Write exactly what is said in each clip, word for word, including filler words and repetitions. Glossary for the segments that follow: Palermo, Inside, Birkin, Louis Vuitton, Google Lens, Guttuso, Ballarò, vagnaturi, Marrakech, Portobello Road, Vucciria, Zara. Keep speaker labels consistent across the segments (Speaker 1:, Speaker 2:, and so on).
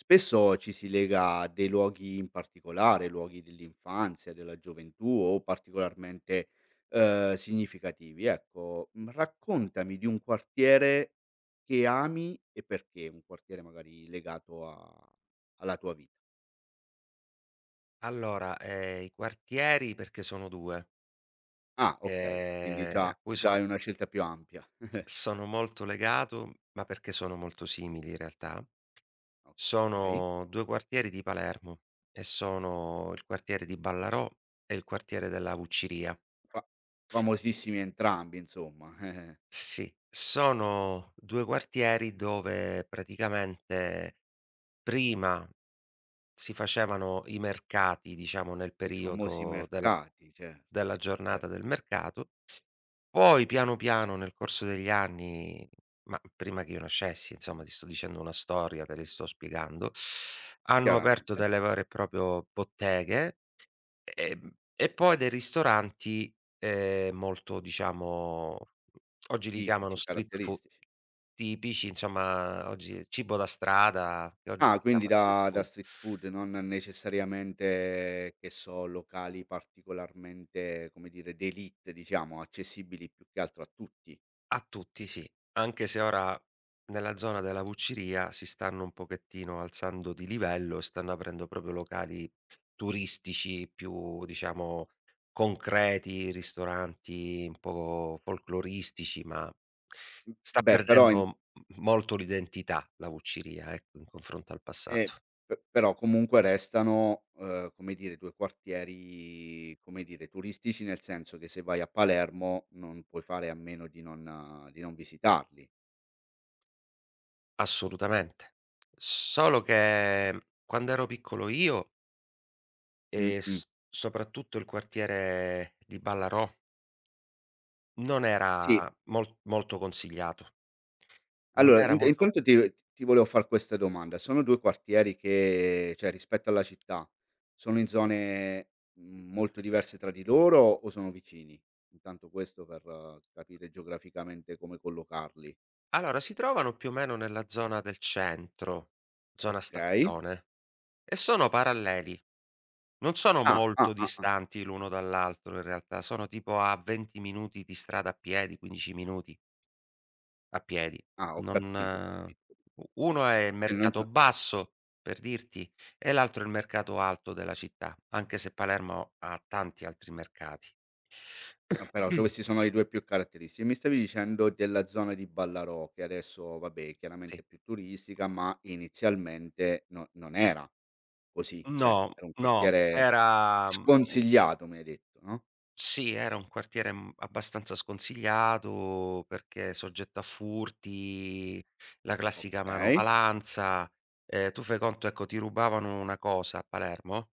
Speaker 1: Spesso ci si lega a dei luoghi in particolare, luoghi dell'infanzia, della gioventù o particolarmente, ehm, significativi. Ecco, mhmm, raccontami di un quartiere che ami e perché, un quartiere magari legato a alla tua vita.
Speaker 2: Allora, ehm, i quartieri perché sono due,
Speaker 1: Ah, okay, quindi
Speaker 2: ehm, a
Speaker 1: già
Speaker 2: cui so
Speaker 1: già è una scelta più ampia.
Speaker 2: sono molto legato, ma perché sono molto simili in realtà.
Speaker 1: Okay.
Speaker 2: Sono due quartieri di Palermo e sono il quartiere di Ballarò e il quartiere della Vucciria.
Speaker 1: Fa famosissimi entrambi insomma, eh, eh.
Speaker 2: Sì, sono due quartieri dove praticamente prima si facevano i mercati, diciamo, nel
Speaker 1: I famosi
Speaker 2: periodo della
Speaker 1: mercati, cer
Speaker 2: della
Speaker 1: cer
Speaker 2: giornata del mercato. Poi piano piano nel corso degli anni, ma prima che io nascessi, insomma ti sto dicendo una storia, te le sto spiegando, hanno aperto
Speaker 1: chiaramente,
Speaker 2: delle vere e proprio botteghe, ehm, e poi dei ristoranti, ehm, molto diciamo oggi li chiamano
Speaker 1: tipici,
Speaker 2: street food
Speaker 1: caratteristici.
Speaker 2: tipici, insomma oggi cibo da strada, che oggi
Speaker 1: Ah,
Speaker 2: si
Speaker 1: quindi
Speaker 2: chiama street
Speaker 1: da da
Speaker 2: food.
Speaker 1: street food, non necessariamente che so, locali particolarmente, come dire, d'élite diciamo, accessibili più che altro a tutti.
Speaker 2: A tutti sì, anche se ora nella zona della Vucciria si stanno un pochettino alzando di livello e stanno aprendo proprio locali turistici più, diciamo, concreti, ristoranti un po' folcloristici, ma
Speaker 1: Mh,
Speaker 2: sta
Speaker 1: beh, però in
Speaker 2: perdendo m molto l'identità la Vucciria, ecco, in confronto al passato.
Speaker 1: eh, p però comunque restano, uhm, come dire, due quartieri, come dire, turistici, nel senso che se vai a Palermo non puoi fare a meno di non eh, di non visitarli.
Speaker 2: Assolutamente. Solo che mhmm, quando ero piccolo io e
Speaker 1: Mh-mh.
Speaker 2: s soprattutto il quartiere di Ballarò non era
Speaker 1: Sì.
Speaker 2: mol molto consigliato. Non
Speaker 1: Allora,
Speaker 2: era
Speaker 1: int
Speaker 2: molto
Speaker 1: intanto ti ti volevo far questa domanda. Sono due quartieri che cioè, rispetto alla città, sono in zone, mhmm, molto diverse tra di loro, o sono vicini? Intanto questo per eh, capire geograficamente come collocarli.
Speaker 2: Allora, si trovano più o meno nella zona del centro, zona
Speaker 1: Okay.
Speaker 2: stazione, e sono paralleli. Non sono
Speaker 1: Ah,
Speaker 2: molto
Speaker 1: ah, ah, ah.
Speaker 2: distanti l'uno dall'altro in realtà, sono tipo a venti minuti di strada a piedi, quindici minuti a piedi.
Speaker 1: Ah, ho
Speaker 2: Non
Speaker 1: capito, ho capito.
Speaker 2: u Uno è il
Speaker 1: Sì, non
Speaker 2: mercato
Speaker 1: so,
Speaker 2: basso, per dirti, e l'altro è il mercato alto della città, anche se Palermo ha tanti altri mercati.
Speaker 1: ma però se questi sono i due più caratteristici. Mi stavi dicendo della zona di Ballarò, che adesso vabbè, chiaramente
Speaker 2: Sì.
Speaker 1: è più turistica, ma inizialmente no, non era così, cioè
Speaker 2: No,
Speaker 1: era un
Speaker 2: no,
Speaker 1: quartiere
Speaker 2: era mhmm,
Speaker 1: sconsigliato, mi hai detto, no,
Speaker 2: sì, era un quartiere, mhmm, abbastanza sconsigliato perché soggetto a furti, la classica
Speaker 1: okay.
Speaker 2: manovalanza. Ehm, tu fai conto, ecco, ti rubavano una cosa a Palermo,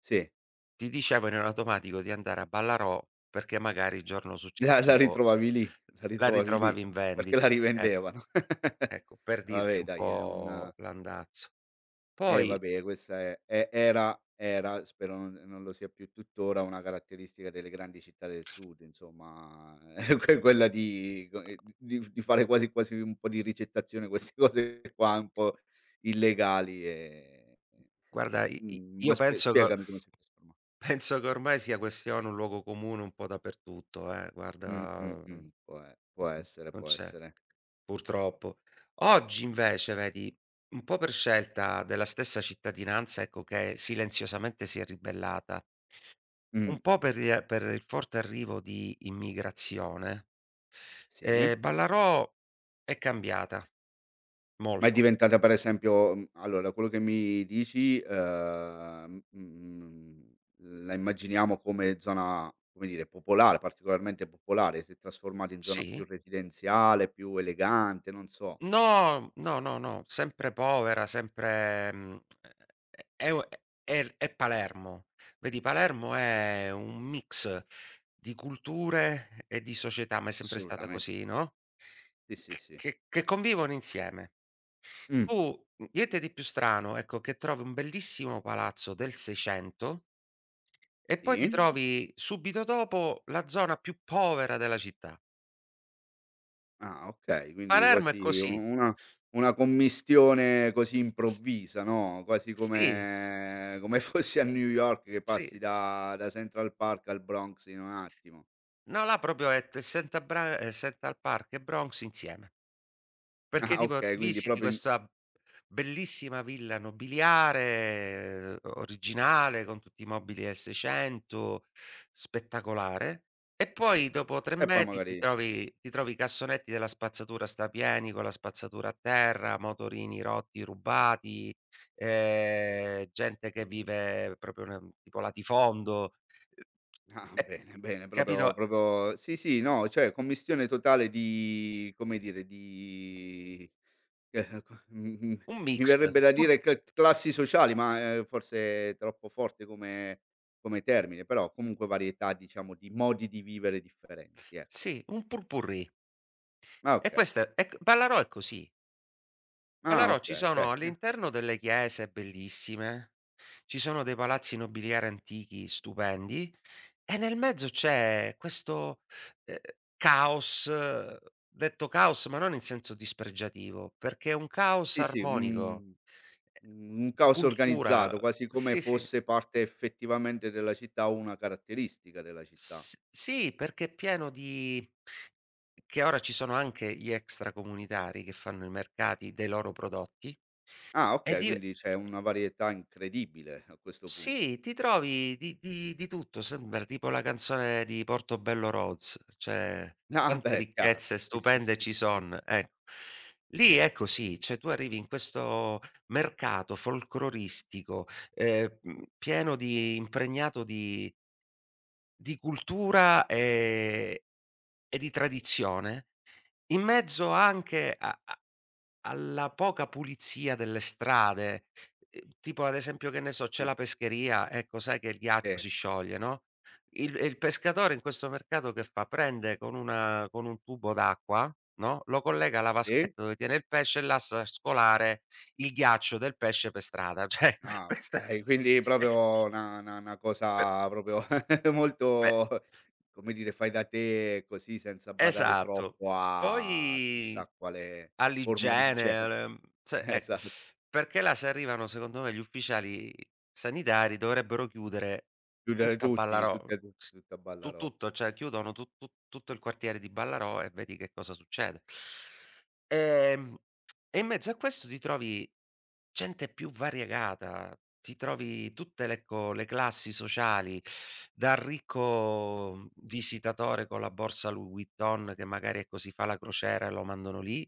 Speaker 1: Sì,
Speaker 2: ti dicevano in automatico di andare a Ballarò perché magari il giorno
Speaker 1: la la
Speaker 2: successivo
Speaker 1: ritrovavi lì, la
Speaker 2: la
Speaker 1: ritrovavi lì,
Speaker 2: ritrovavi in
Speaker 1: perché la
Speaker 2: vendita, sì, ec
Speaker 1: rivendevano.
Speaker 2: ecco, per dirti
Speaker 1: Vabbè
Speaker 2: un
Speaker 1: dai, è un
Speaker 2: po' l'andazzo.
Speaker 1: eh
Speaker 2: Poi
Speaker 1: vabbè questa è e era era, spero non non lo sia più tuttora, una caratteristica delle grandi città del sud insomma, que quella di co ehm, di di fare quasi quasi un po' di ricettazione, queste cose qua un po' illegali e,
Speaker 2: guarda, i i
Speaker 1: mhmm, ma
Speaker 2: io
Speaker 1: sp
Speaker 2: penso che
Speaker 1: spiegami come si è trasforma.
Speaker 2: penso che ormai sia questione un luogo comune un po' dappertutto, eh,
Speaker 1: Mh,
Speaker 2: guarda,
Speaker 1: mh,
Speaker 2: mhmm,
Speaker 1: mh, può e può
Speaker 2: mh-mh,
Speaker 1: essere,
Speaker 2: non
Speaker 1: può
Speaker 2: c'è,
Speaker 1: essere.
Speaker 2: purtroppo. Oggi invece vedi, un po' per scelta della stessa cittadinanza, ecco, che silenziosamente si è ribellata,
Speaker 1: Mh,
Speaker 2: un po' per il per il forte arrivo di immigrazione,
Speaker 1: sì.
Speaker 2: ehm, Ballarò è cambiata
Speaker 1: Ma è
Speaker 2: molto.
Speaker 1: diventata per esempio, mhmm, allora quello che mi dici, ehm, mhmm, la immaginiamo come zona, come dire, popolare, particolarmente popolare, si è trasformata in zona
Speaker 2: Sì.
Speaker 1: più residenziale, più elegante, non so.
Speaker 2: No, no, no, no, sempre povera, sempre mhmm, ehm, è u è è Palermo. Vedi Palermo è un mix di culture e di società, ma è sempre stata
Speaker 1: Assolutamente.
Speaker 2: così, no,
Speaker 1: Sì, sì,
Speaker 2: c
Speaker 1: sì.
Speaker 2: che che convivono insieme.
Speaker 1: Mh,
Speaker 2: Tu mhmm, niente di più strano, ecco, che trovi un bellissimo palazzo del 'seicento e poi ti
Speaker 1: sì.
Speaker 2: trovi subito dopo la zona più povera della città.
Speaker 1: Ah, okay, quindi
Speaker 2: Palermo è
Speaker 1: quasi u
Speaker 2: così.
Speaker 1: una una commistione così
Speaker 2: S
Speaker 1: improvvisa, no, quasi
Speaker 2: Sì,
Speaker 1: come come fossi a New York che
Speaker 2: sì.
Speaker 1: passi da da Central Park al Bronx in un attimo.
Speaker 2: No, là proprio è t Central Bra ehm, Central Park e Bronx insieme, perché
Speaker 1: Ah,
Speaker 2: tipo
Speaker 1: okay,
Speaker 2: ti
Speaker 1: quindi
Speaker 2: visiti
Speaker 1: proprio in,
Speaker 2: questa bellissima villa nobiliare, ehm, originale, con tutti i mobili esse cento, spettacolare, e poi dopo tre
Speaker 1: e poi
Speaker 2: metri ti
Speaker 1: magari
Speaker 2: trovi ti trovi i cassonetti della spazzatura strapieni, con la spazzatura a terra, motorini rotti, rubati, ehm, gente che vive proprio nel tipo latifondo, ehm,
Speaker 1: ah,
Speaker 2: e
Speaker 1: bene, bene, proprio
Speaker 2: capito?
Speaker 1: proprio sì, sì, no, cioè commistione totale di, come dire, di. Eh, ecco, mh, mh,
Speaker 2: Un
Speaker 1: mi
Speaker 2: mix,
Speaker 1: verrebbe da
Speaker 2: pur
Speaker 1: dire cl classi sociali, ma, ehm, forse è troppo forte come come termine, però comunque varietà, diciamo, di modi di vivere differenti, ecco.
Speaker 2: sì, un pot-pourri.
Speaker 1: Ah,
Speaker 2: E
Speaker 1: okay.
Speaker 2: questa è c Ballarò è così.
Speaker 1: Ah,
Speaker 2: Ballarò ci
Speaker 1: okay,
Speaker 2: sono
Speaker 1: okay. Eh,
Speaker 2: all'interno delle chiese bellissime, ci sono dei palazzi nobiliari antichi stupendi, e nel mezzo c'è questo, ehm, caos, eh, detto caos ma non in senso dispregiativo, perché è un caos
Speaker 1: sì, sì,
Speaker 2: armonico.
Speaker 1: mhmm,
Speaker 2: eh,
Speaker 1: un caos
Speaker 2: Cultura.
Speaker 1: organizzato, quasi come
Speaker 2: Sì, sì.
Speaker 1: fosse parte effettivamente della città o una caratteristica della città.
Speaker 2: S Sì, perché è pieno di che ora ci sono anche gli extracomunitari che fanno i mercati dei loro prodotti
Speaker 1: Ah,
Speaker 2: e
Speaker 1: okay,
Speaker 2: di
Speaker 1: quindi c'è una varietà incredibile a questo punto.
Speaker 2: sì, ti trovi di di di tutto, sembra tipo la canzone di Portobello Road, cioè
Speaker 1: Ah,
Speaker 2: quante
Speaker 1: beh, chiaro.
Speaker 2: ricchezze
Speaker 1: Sì, sì,
Speaker 2: stupende
Speaker 1: sì,
Speaker 2: ci
Speaker 1: sì.
Speaker 2: son, ecco. Lì è così, cioè tu arrivi in questo mercato folcloristico, ehm, mhmm, pieno di impregnato di di cultura, ehm, e di tradizione. In mezzo anche a a alla poca pulizia delle strade, ehm, tipo ad esempio, che ne so, c'è
Speaker 1: Sì.
Speaker 2: la pescheria, ecco sai che il ghiaccio si scioglie, no, il e il pescatore in questo mercato che fa? Prende con una con un tubo d'acqua, no, lo collega alla vaschetta
Speaker 1: Sì.
Speaker 2: dove tiene il pesce e lascia scolare il ghiaccio del pesce per strada. Cioè,
Speaker 1: Ah,
Speaker 2: questa
Speaker 1: okay, quindi
Speaker 2: è
Speaker 1: proprio una una una
Speaker 2: pe
Speaker 1: cosa proprio
Speaker 2: pe
Speaker 1: molto, come dire, fai da te, così, senza badare
Speaker 2: esatto.
Speaker 1: troppo a chissà
Speaker 2: Poi
Speaker 1: quale forma di
Speaker 2: all'igiene,
Speaker 1: igiene.
Speaker 2: al ehm, se eh,
Speaker 1: Esatto,
Speaker 2: perché là se arrivano secondo me gli ufficiali sanitari dovrebbero chiudere
Speaker 1: chiudere
Speaker 2: tutta
Speaker 1: tutti,
Speaker 2: Ballarò,
Speaker 1: tutti, a tu
Speaker 2: s
Speaker 1: tutta a
Speaker 2: tu
Speaker 1: Ballarò.
Speaker 2: tutto, cioè chiudono tu tu tutto il quartiere di Ballarò e vedi che cosa succede. Ehm, e in mezzo a questo ti trovi gente più variegata, ti trovi tutte le ecco, le classi sociali, dal ricco, mhmm, visitatore con la borsa Louis Vuitton che magari, ecco, si fa la crociera e lo mandano lì,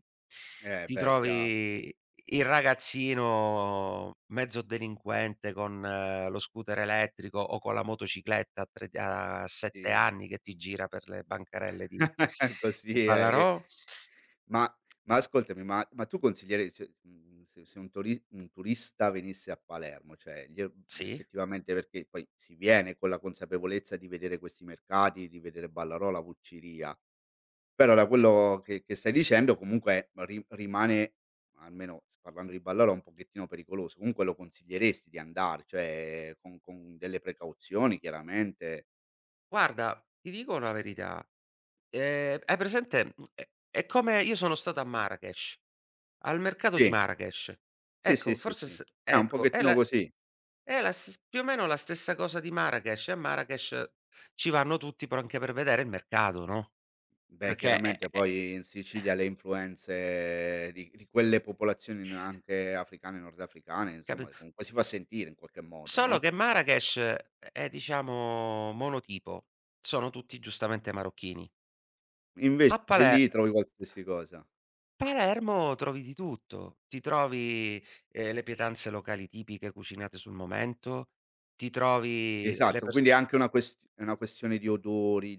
Speaker 1: Eh,
Speaker 2: ti
Speaker 1: beh, chiaro,
Speaker 2: trovi il ragazzino mezzo delinquente con eh, lo scooter elettrico o con la motocicletta a tre a sette
Speaker 1: sì.
Speaker 2: anni che ti gira per le bancarelle di
Speaker 1: Così,
Speaker 2: di
Speaker 1: eh, che.
Speaker 2: Ballarò.
Speaker 1: Ma ma ascoltami, ma ma tu consiglierei cioè, mhmm, se se un turi un turista venisse a Palermo, cioè gli, mhmm,
Speaker 2: Sì,
Speaker 1: effettivamente, perché poi si viene con la consapevolezza di vedere questi mercati, di vedere Ballarò, la Vucciria, però da
Speaker 2: sì.
Speaker 1: quello che che stai dicendo comunque ri rimane, almeno parlando di Ballarò, un pochettino pericoloso. Comunque lo consiglieresti di andare, cioè, con con delle precauzioni chiaramente?
Speaker 2: Guarda, ti dico una verità, Ehm, hai presente mhmm, è è come io sono stato a Marrakech, al mercato di
Speaker 1: Sì,
Speaker 2: Marrakech.
Speaker 1: sì, sì,
Speaker 2: Ecco,
Speaker 1: sì,
Speaker 2: forse
Speaker 1: sì.
Speaker 2: s
Speaker 1: Eh, un
Speaker 2: ecco, è
Speaker 1: pochettino
Speaker 2: la
Speaker 1: così.
Speaker 2: è la stes più o meno la stessa cosa di Marrakech. A Marrakech ci vanno tutti però anche per vedere il mercato, no,
Speaker 1: Beh,
Speaker 2: perché, è
Speaker 1: chiaramente
Speaker 2: è è
Speaker 1: poi in Sicilia le influenze di di quelle popolazioni n anche africane, nordafricane,
Speaker 2: capi
Speaker 1: insomma, comunque si fa sentire in qualche modo,
Speaker 2: solo
Speaker 1: no,
Speaker 2: che Marrakech è diciamo monotipo, sono tutti giustamente marocchini. A
Speaker 1: invece
Speaker 2: Paler
Speaker 1: lì trovi qualsiasi cosa.
Speaker 2: Palermo trovi di tutto. Ti trovi, ehm, le pietanze locali tipiche cucinate sul momento, ti trovi le
Speaker 1: Esatto, quindi è
Speaker 2: perso
Speaker 1: anche una quest è una questione di odori,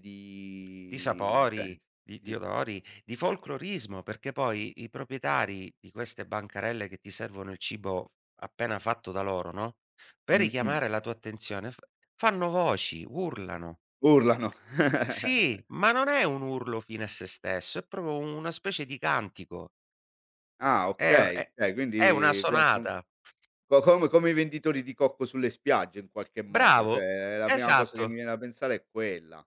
Speaker 2: di
Speaker 1: di, cioè,
Speaker 2: sapori, di di
Speaker 1: di.
Speaker 2: odori, di folclorismo, perché poi i proprietari di queste bancarelle che ti servono il cibo appena fatto da loro, no, per
Speaker 1: Mh-mh.
Speaker 2: richiamare la tua attenzione f fanno voci, urlano.
Speaker 1: Urlano.
Speaker 2: Sì, ma non è un urlo fine a sé stesso, è proprio una specie di cantico.
Speaker 1: Ah,
Speaker 2: È
Speaker 1: okay,
Speaker 2: è
Speaker 1: okay,
Speaker 2: è una
Speaker 1: quindi co co
Speaker 2: sonata.
Speaker 1: co come come i venditori di cocco sulle spiagge, in qualche modo,
Speaker 2: Bravo,
Speaker 1: cioè la prima cosa che
Speaker 2: esatto,
Speaker 1: mi viene da pensare è quella.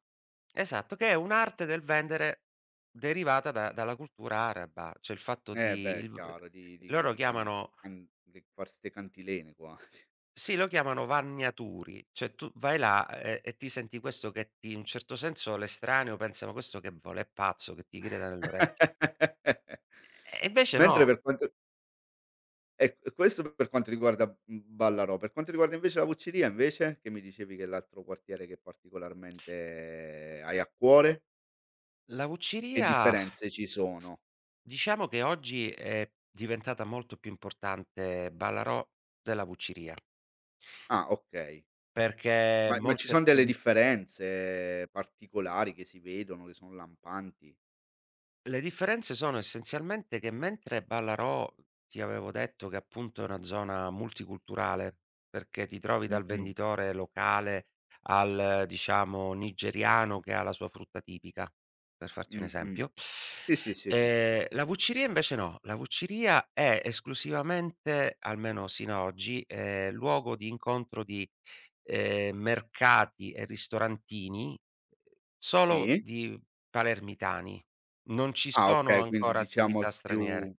Speaker 2: esatto, che è un'arte del vendere derivata da dalla cultura araba, cioè il fatto
Speaker 1: Eh,
Speaker 2: di
Speaker 1: beh,
Speaker 2: il v
Speaker 1: chiaro, di di
Speaker 2: loro
Speaker 1: di can
Speaker 2: chiamano
Speaker 1: can di far 'ste cantilene quasi.
Speaker 2: sì, lo chiamano vagnaturi, cioè tu vai là, e e ti senti questo che ti in un certo senso l'estraneo pensa: "Ma questo che vuole? È pazzo, che ti grida nell'orecchio". E invece no.
Speaker 1: Mentre per quanto e e questo per quanto riguarda, mhmm, Ballarò. Per quanto riguarda invece la Vucceria invece, che mi dicevi che è l'altro quartiere che particolarmente hai a cuore,
Speaker 2: la
Speaker 1: che
Speaker 2: vucciria
Speaker 1: differenze ci sono?
Speaker 2: diciamo che oggi è diventata molto più importante Ballarò della Vucciria.
Speaker 1: Ah, okay.
Speaker 2: Perché
Speaker 1: Ma ma ci
Speaker 2: molte
Speaker 1: son delle
Speaker 2: attivi
Speaker 1: differenze particolari che si vedono, che son lampanti?
Speaker 2: Le differenze sono essenzialmente che mentre Ballarò ti avevo detto che appunto è una zona multiculturale, perché ti trovi dal
Speaker 1: Mh-mh,
Speaker 2: venditore locale al diciamo nigeriano che ha la sua frutta tipica, per farti un
Speaker 1: mh-mh.
Speaker 2: esempio.
Speaker 1: Sì, sì, sì, sì.
Speaker 2: Ehm, la Vucciria invece no, la Vucciria è esclusivamente, almeno sino a oggi, ehm, luogo di incontro di, ehm, mercati e ristorantini solo
Speaker 1: Sì?
Speaker 2: di palermitani. Non ci
Speaker 1: Ah,
Speaker 2: sono
Speaker 1: okay, quindi
Speaker 2: ancora
Speaker 1: diciamo è
Speaker 2: attività straniere.
Speaker 1: più.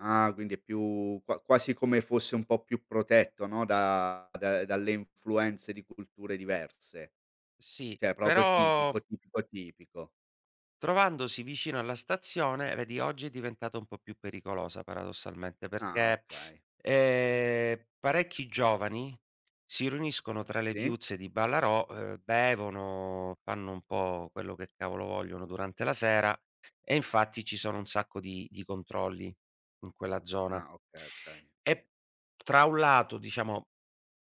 Speaker 1: Ah, quindi è più, qua quasi come fosse un po' più protetto, no, da da dalle influenze di culture diverse.
Speaker 2: Sì,
Speaker 1: Cioè proprio
Speaker 2: però
Speaker 1: tipico, tipico, tipico.
Speaker 2: trovandosi vicino alla stazione, vedi oggi è diventata un po' più pericolosa paradossalmente,
Speaker 1: Ah,
Speaker 2: perché,
Speaker 1: okay.
Speaker 2: ehm, parecchi giovani si riuniscono tra le
Speaker 1: Sì?
Speaker 2: viuzze di Ballarò, ehm, bevono, fanno un po' quello che cavolo vogliono durante la sera e infatti ci sono un sacco di di controlli in quella zona.
Speaker 1: Ah, okay, okay, okay.
Speaker 2: E tra un lato, diciamo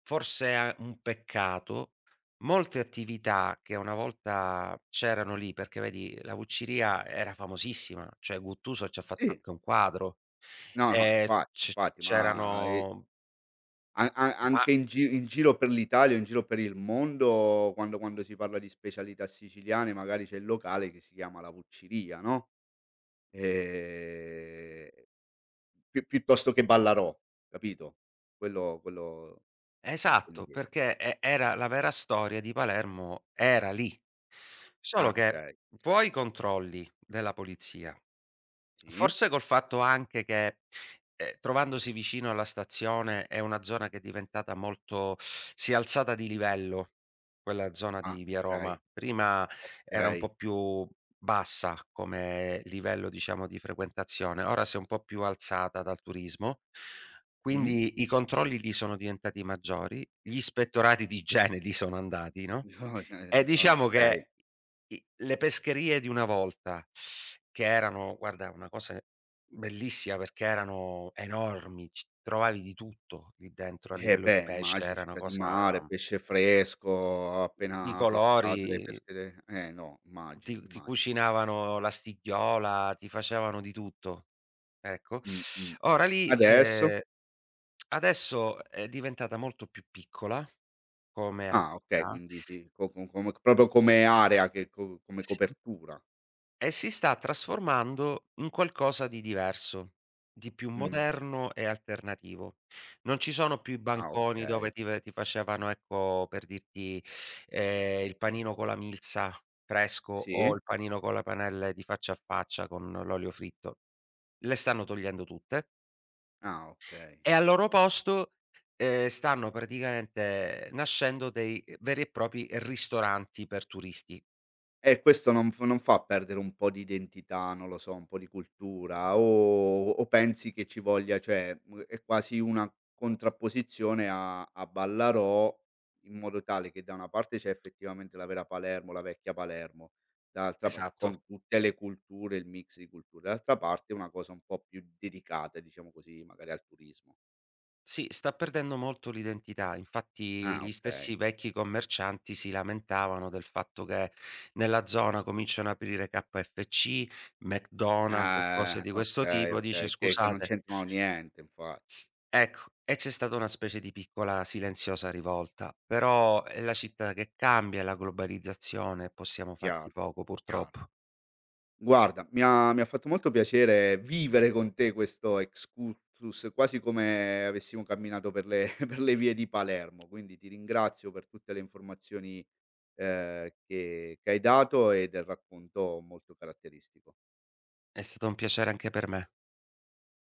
Speaker 2: forse è un peccato. Molte attività che una volta c'erano lì, perché vedi la Vucciria era famosissima, cioè Guttuso c'ha fatto
Speaker 1: Sì.
Speaker 2: anche un quadro.
Speaker 1: No, no,
Speaker 2: Ehm,
Speaker 1: infatti,
Speaker 2: c
Speaker 1: infatti, ma, ehm,
Speaker 2: c'erano
Speaker 1: a a anche
Speaker 2: ba
Speaker 1: in gi in giro per l'Italia o in giro per il mondo quando quando si parla di specialità siciliane, magari c'è il locale che si chiama la Vucciria, no, ehm Pi piuttosto che Ballarò, capito? Quello quello
Speaker 2: esatto,
Speaker 1: intendevo.
Speaker 2: perché e era la vera storia di Palermo era lì.
Speaker 1: Ah,
Speaker 2: Solo che
Speaker 1: okay.
Speaker 2: vuoi i controlli della polizia
Speaker 1: Sì.
Speaker 2: forse col fatto anche che, ehm, trovandosi vicino alla stazione è una zona che è diventata molto si è alzata di livello, quella zona
Speaker 1: Ah,
Speaker 2: di via Roma.
Speaker 1: okay. O
Speaker 2: Prima era un
Speaker 1: okay.
Speaker 2: po' più bassa come livello, diciamo, di frequentazione, ora si è un po' più alzata dal turismo,
Speaker 1: Mh.
Speaker 2: quindi i controlli lì sono diventati maggiori, gli ispettorati di igiene lì sono andati, no?
Speaker 1: No,
Speaker 2: Eh,
Speaker 1: ceh
Speaker 2: diciamo
Speaker 1: okay.
Speaker 2: che i le pescherie di una volta, che erano guarda una cosa bellissima perché erano enormi, c trovavi di tutto lì dentro a
Speaker 1: Eh,
Speaker 2: livello di
Speaker 1: beh,
Speaker 2: pesce,
Speaker 1: immagino,
Speaker 2: era una
Speaker 1: città di
Speaker 2: cosa
Speaker 1: mare, pesce fresco,
Speaker 2: di
Speaker 1: appena pescato dai
Speaker 2: colori,
Speaker 1: pescherie, eh no, immagino,
Speaker 2: ti ti
Speaker 1: immagino.
Speaker 2: cucinavano la stigghiola, ti facevano di tutto, ecco.
Speaker 1: Mh, mh, mh.
Speaker 2: Ora lì,
Speaker 1: Adesso?
Speaker 2: ehm, adesso è diventata molto più piccola come
Speaker 1: Ah, okay,
Speaker 2: attività
Speaker 1: quindi sì, co co come proprio come area, che co come
Speaker 2: sì.
Speaker 1: copertura.
Speaker 2: E si sta trasformando in qualcosa di diverso, di più
Speaker 1: Mh.
Speaker 2: moderno e alternativo. Non ci sono più i
Speaker 1: Ah,
Speaker 2: banconi dove
Speaker 1: okay.
Speaker 2: ti ve ti facevano, ecco, per dirti, ehm, il panino con la milza fresco o
Speaker 1: Sì?
Speaker 2: il panino con le panelle di faccia a faccia con l'olio fritto. Le stanno togliendo tutte
Speaker 1: Ah, okay.
Speaker 2: e al loro posto, ehm, stanno praticamente nascendo dei veri e propri ristoranti per turisti.
Speaker 1: Eh, questo non f non fa perdere un po' di identità, non lo so, un po' di cultura, o o pensi che ci voglia, cioè, mhmm, è quasi una contrapposizione a a Ballarò, in modo tale che da una parte c'è effettivamente la vera Palermo, la vecchia Palermo, dall'altra pa
Speaker 2: Esatto.
Speaker 1: con tutte le culture, il mix di culture, dall'altra parte una cosa un po' più dedicata, diciamo così, magari al turismo.
Speaker 2: Sì, sta perdendo molto l'identità. Infatti
Speaker 1: Ah,
Speaker 2: gli
Speaker 1: okay.
Speaker 2: stessi vecchi commercianti si lamentavano del fatto che nella zona cominciano ad aprire K F C, McDonald's e cose
Speaker 1: Ah,
Speaker 2: di questo
Speaker 1: okay,
Speaker 2: tipo. Dice:
Speaker 1: okay, che che non
Speaker 2: "Scusate"
Speaker 1: c'entrano niente infatti.
Speaker 2: s ecco, e c'è stata una specie di piccola silenziosa rivolta. Però è la città che cambia, è la globalizzazione, possiamo farci
Speaker 1: Chiaro,
Speaker 2: poco
Speaker 1: chiaro.
Speaker 2: purtroppo.
Speaker 1: Guarda, mi ha mi ha fatto molto piacere vivere con te questo excursus, quasi come avessimo camminato per le per le vie di Palermo, quindi ti ringrazio per tutte le informazioni, ehm, che che hai dato e del racconto molto caratteristico.
Speaker 2: È stato un piacere anche per me.